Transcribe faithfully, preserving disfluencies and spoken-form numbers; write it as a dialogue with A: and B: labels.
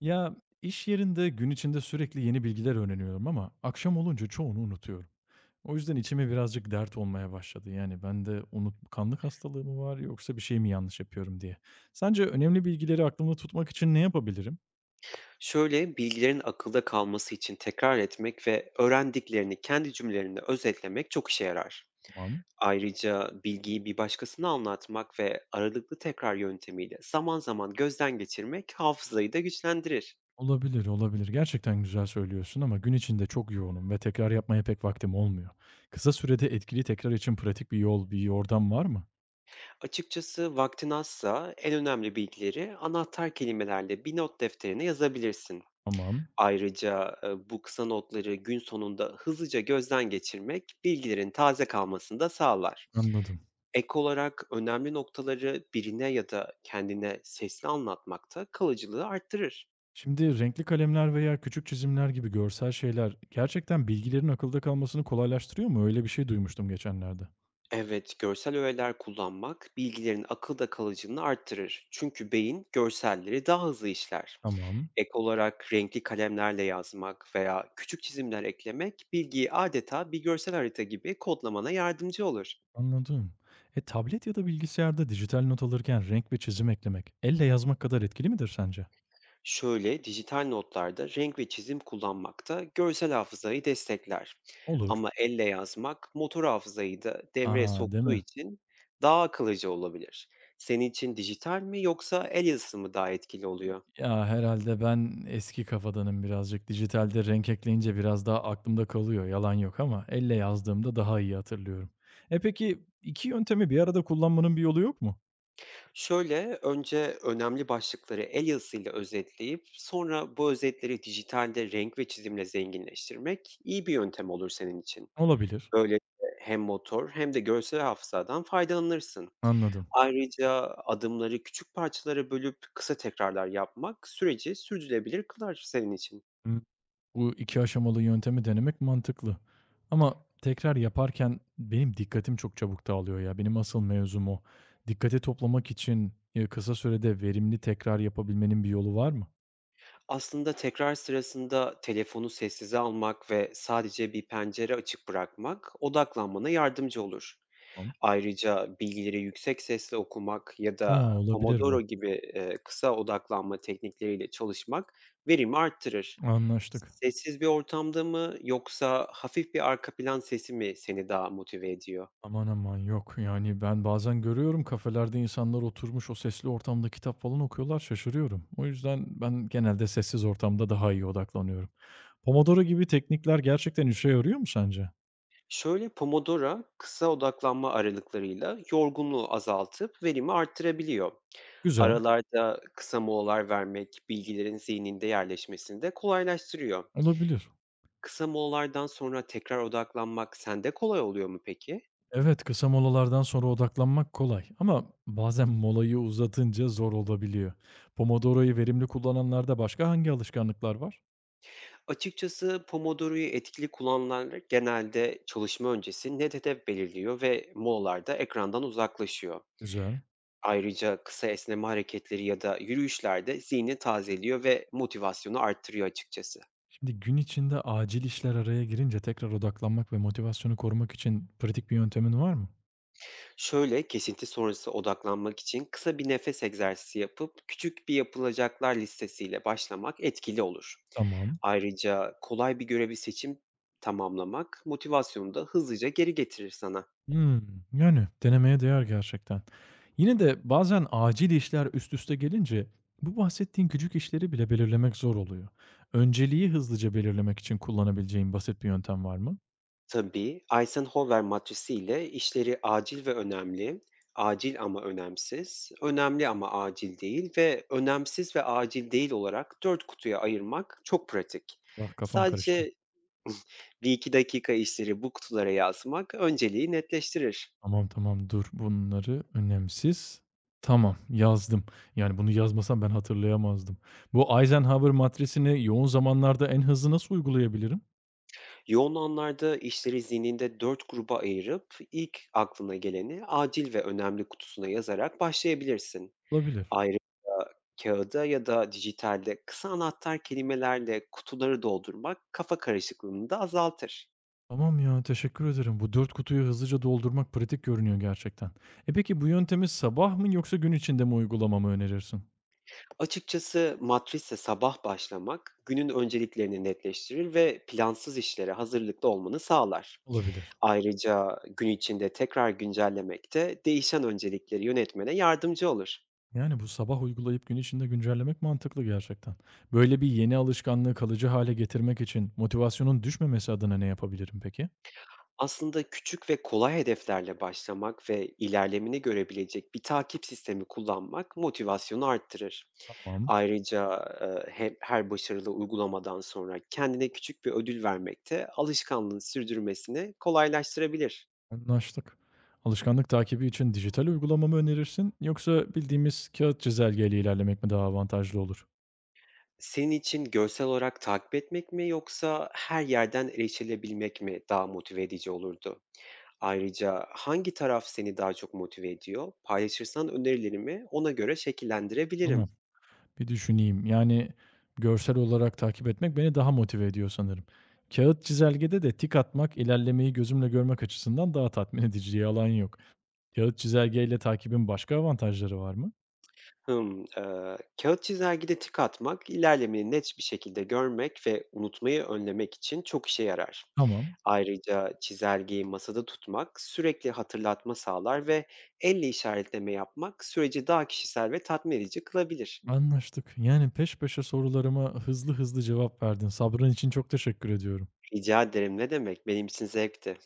A: Ya iş yerinde gün içinde sürekli yeni bilgiler öğreniyorum ama akşam olunca çoğunu unutuyorum. O yüzden içime birazcık dert olmaya başladı. Yani bende unutkanlık hastalığı mı var yoksa bir şey mi yanlış yapıyorum diye. Sence önemli bilgileri aklımda tutmak için ne yapabilirim?
B: Şöyle, bilgilerin akılda kalması için tekrar etmek ve öğrendiklerini kendi cümlelerinde özetlemek çok işe yarar.
A: Tamam.
B: Ayrıca bilgiyi bir başkasına anlatmak ve aralıklı tekrar yöntemiyle zaman zaman gözden geçirmek hafızayı da güçlendirir.
A: Olabilir, olabilir. Gerçekten güzel söylüyorsun ama gün içinde çok yoğunum ve tekrar yapmaya pek vaktim olmuyor. Kısa sürede etkili tekrar için pratik bir yol, bir yordam var mı?
B: Açıkçası vaktin azsa en önemli bilgileri anahtar kelimelerle bir not defterine yazabilirsin.
A: Tamam,
B: Ayrıca e, bu kısa notları gün sonunda hızlıca gözden geçirmek bilgilerin taze kalmasını da sağlar.
A: anladım.
B: Ek olarak önemli noktaları birine ya da kendine sesli anlatmak da kalıcılığı arttırır.
A: Şimdi renkli kalemler veya küçük çizimler gibi görsel şeyler gerçekten bilgilerin akılda kalmasını kolaylaştırıyor mu? Öyle bir şey duymuştum geçenlerde.
B: Evet, görsel öğeler kullanmak bilgilerin akılda kalıcılığını arttırır, çünkü beyin görselleri daha hızlı işler.
A: Tamam,
B: Ek olarak renkli kalemlerle yazmak veya küçük çizimler eklemek bilgiyi adeta bir görsel harita gibi kodlamana yardımcı olur.
A: anladım. E tablet ya da bilgisayarda dijital not alırken renk ve çizim eklemek elle yazmak kadar etkili midir sence?
B: Şöyle, dijital notlarda renk ve çizim kullanmak da görsel hafızayı destekler.
A: Olur.
B: Ama elle yazmak motor hafızayı da devreye
A: Aa, değil
B: soktuğu
A: mi?
B: için daha akıllıca olabilir. Senin için dijital mi yoksa el yazısı mı daha etkili oluyor?
A: Ya herhalde ben eski kafadanım birazcık. Dijitalde renk ekleyince biraz daha aklımda kalıyor. Yalan yok ama elle yazdığımda daha iyi hatırlıyorum. E peki iki yöntemi bir arada kullanmanın bir yolu yok mu?
B: Şöyle, önce önemli başlıkları el yazısıyla özetleyip sonra bu özetleri dijitalde renk ve çizimle zenginleştirmek iyi bir yöntem olur senin için.
A: Olabilir.
B: Böylece hem motor hem de görsel hafızadan faydalanırsın.
A: Anladım.
B: Ayrıca adımları küçük parçalara bölüp kısa tekrarlar yapmak süreci sürdürülebilir kılar senin için.
A: Bu iki aşamalı yöntemi denemek mantıklı. Ama tekrar yaparken benim dikkatim çok çabuk dağılıyor ya. Benim asıl mevzum o. Dikkati toplamak için, eee, kısa sürede verimli tekrar yapabilmenin bir yolu var mı?
B: Aslında tekrar sırasında telefonu sessize almak ve sadece bir pencere açık bırakmak odaklanmana yardımcı olur.
A: Tamam.
B: Ayrıca bilgileri yüksek sesle okumak ya
A: Ha,
B: da
A: olabilir
B: Pomodoro
A: bu.
B: gibi eee, kısa odaklanma teknikleriyle çalışmak verimi arttırır.
A: Anlaştık.
B: Sessiz bir ortamda mı yoksa hafif bir arka plan sesi mi seni daha motive ediyor?
A: Aman aman yok. Yani ben bazen görüyorum kafelerde insanlar oturmuş o sesli ortamda kitap falan okuyorlar şaşırıyorum. O yüzden ben genelde sessiz ortamda daha iyi odaklanıyorum. Pomodoro gibi teknikler gerçekten işe yarıyor mu sence?
B: Şöyle, Pomodoro kısa odaklanma aralıklarıyla yorgunluğu azaltıp verimi arttırabiliyor.
A: Güzel.
B: Aralarda kısa molalar vermek bilgilerin zihninde yerleşmesini de kolaylaştırıyor.
A: Olabilir.
B: Kısa molalardan sonra tekrar odaklanmak sende kolay oluyor mu peki?
A: Evet, kısa molalardan sonra odaklanmak kolay ama bazen molayı uzatınca zor olabiliyor. Pomodoro'yu verimli kullananlarda başka hangi alışkanlıklar var?
B: Açıkçası Pomodoro'yu etkili kullananlar genelde çalışma öncesi net hedef belirliyor ve molalarda ekrandan uzaklaşıyor.
A: Güzel.
B: Ayrıca kısa esneme hareketleri ya da yürüyüşlerde zihni tazeliyor ve motivasyonu arttırıyor açıkçası.
A: Şimdi gün içinde acil işler araya girince tekrar odaklanmak ve motivasyonu korumak için pratik bir yöntemin var mı?
B: Şöyle, kesinti sonrası odaklanmak için kısa bir nefes egzersizi yapıp küçük bir yapılacaklar listesiyle başlamak etkili olur.
A: Tamam.
B: Ayrıca kolay bir görevi seçim tamamlamak motivasyonu da hızlıca geri getirir sana.
A: Hmm, yani denemeye değer gerçekten. Yine de bazen acil işler üst üste gelince bu bahsettiğin küçük işleri bile belirlemek zor oluyor. Önceliği hızlıca belirlemek için kullanabileceğin basit bir yöntem var mı?
B: Tabii, Eisenhower matrisiyle işleri acil ve önemli, acil ama önemsiz, önemli ama acil değil ve önemsiz ve acil değil olarak dört kutuya ayırmak çok pratik.
A: Allah, kafam karıştı.
B: Sadece bir iki dakika işleri bu kutulara yazmak önceliği netleştirir.
A: Tamam, tamam, dur. Bunları önemsiz. Tamam, yazdım. Yani bunu yazmasam ben hatırlayamazdım. Bu Eisenhower matrisini yoğun zamanlarda en hızlı nasıl uygulayabilirim?
B: Yoğun anlarda işleri zihninde dört gruba ayırıp ilk aklına geleni acil ve önemli kutusuna yazarak başlayabilirsin.
A: Olabilir.
B: Ayrıca kâğıda ya da dijitalde kısa anahtar kelimelerle kutuları doldurmak kafa karışıklığını da azaltır.
A: Tamam ya, teşekkür ederim. Bu dört kutuyu hızlıca doldurmak pratik görünüyor gerçekten. E peki bu yöntemi sabah mı yoksa gün içinde mi uygulamamı önerirsin?
B: Açıkçası matrisle sabah başlamak günün önceliklerini netleştirir ve plansız işlere hazırlıklı olmanı sağlar.
A: Olabilir.
B: Ayrıca gün içinde tekrar güncellemek de değişen öncelikleri yönetmene yardımcı olur.
A: Yani bu sabah uygulayıp gün içinde güncellemek mantıklı gerçekten. Böyle bir yeni alışkanlığı kalıcı hale getirmek için motivasyonun düşmemesi adına ne yapabilirim peki?
B: Aslında küçük ve kolay hedeflerle başlamak ve ilerlemini görebilecek bir takip sistemi kullanmak motivasyonu arttırır.
A: Tamam,
B: Ayrıca eee, he- her başarılı uygulamadan sonra kendine küçük bir ödül vermek de alışkanlığın sürdürmesini kolaylaştırabilir.
A: anlaştık. Alışkanlık takibi için dijital uygulama mı önerirsin yoksa bildiğimiz kağıt çizelgeyle ilerlemek mi daha avantajlı olur?
B: Senin için görsel olarak takip etmek mi yoksa her yerden erişilebilmek mi daha motive edici olurdu? Ayrıca hangi taraf seni daha çok motive ediyor? Paylaşırsan önerilerimi ona göre şekillendirebilirim.
A: Tamam, bir düşüneyim. Yani görsel olarak takip etmek beni daha motive ediyor sanırım. Kağıt çizelgede de tik atmak ilerlemeyi gözümle görmek açısından daha tatmin edici, yalan yok. Kağıt çizelgeyle takibin başka avantajları var mı?
B: Hımm. Eee, kâğıt çizelgede tik atmak, ilerlemeyi net bir şekilde görmek ve unutmayı önlemek için çok işe yarar.
A: Tamam,
B: Ayrıca çizelgeyi masada tutmak sürekli hatırlatma sağlar ve elle işaretleme yapmak süreci daha kişisel ve tatmin edici kılabilir.
A: anlaştık. Yani peş peşe sorularıma hızlı hızlı cevap verdin. Sabrın için çok teşekkür ediyorum.
B: Rica ederim, ne demek. Benim için zevkti.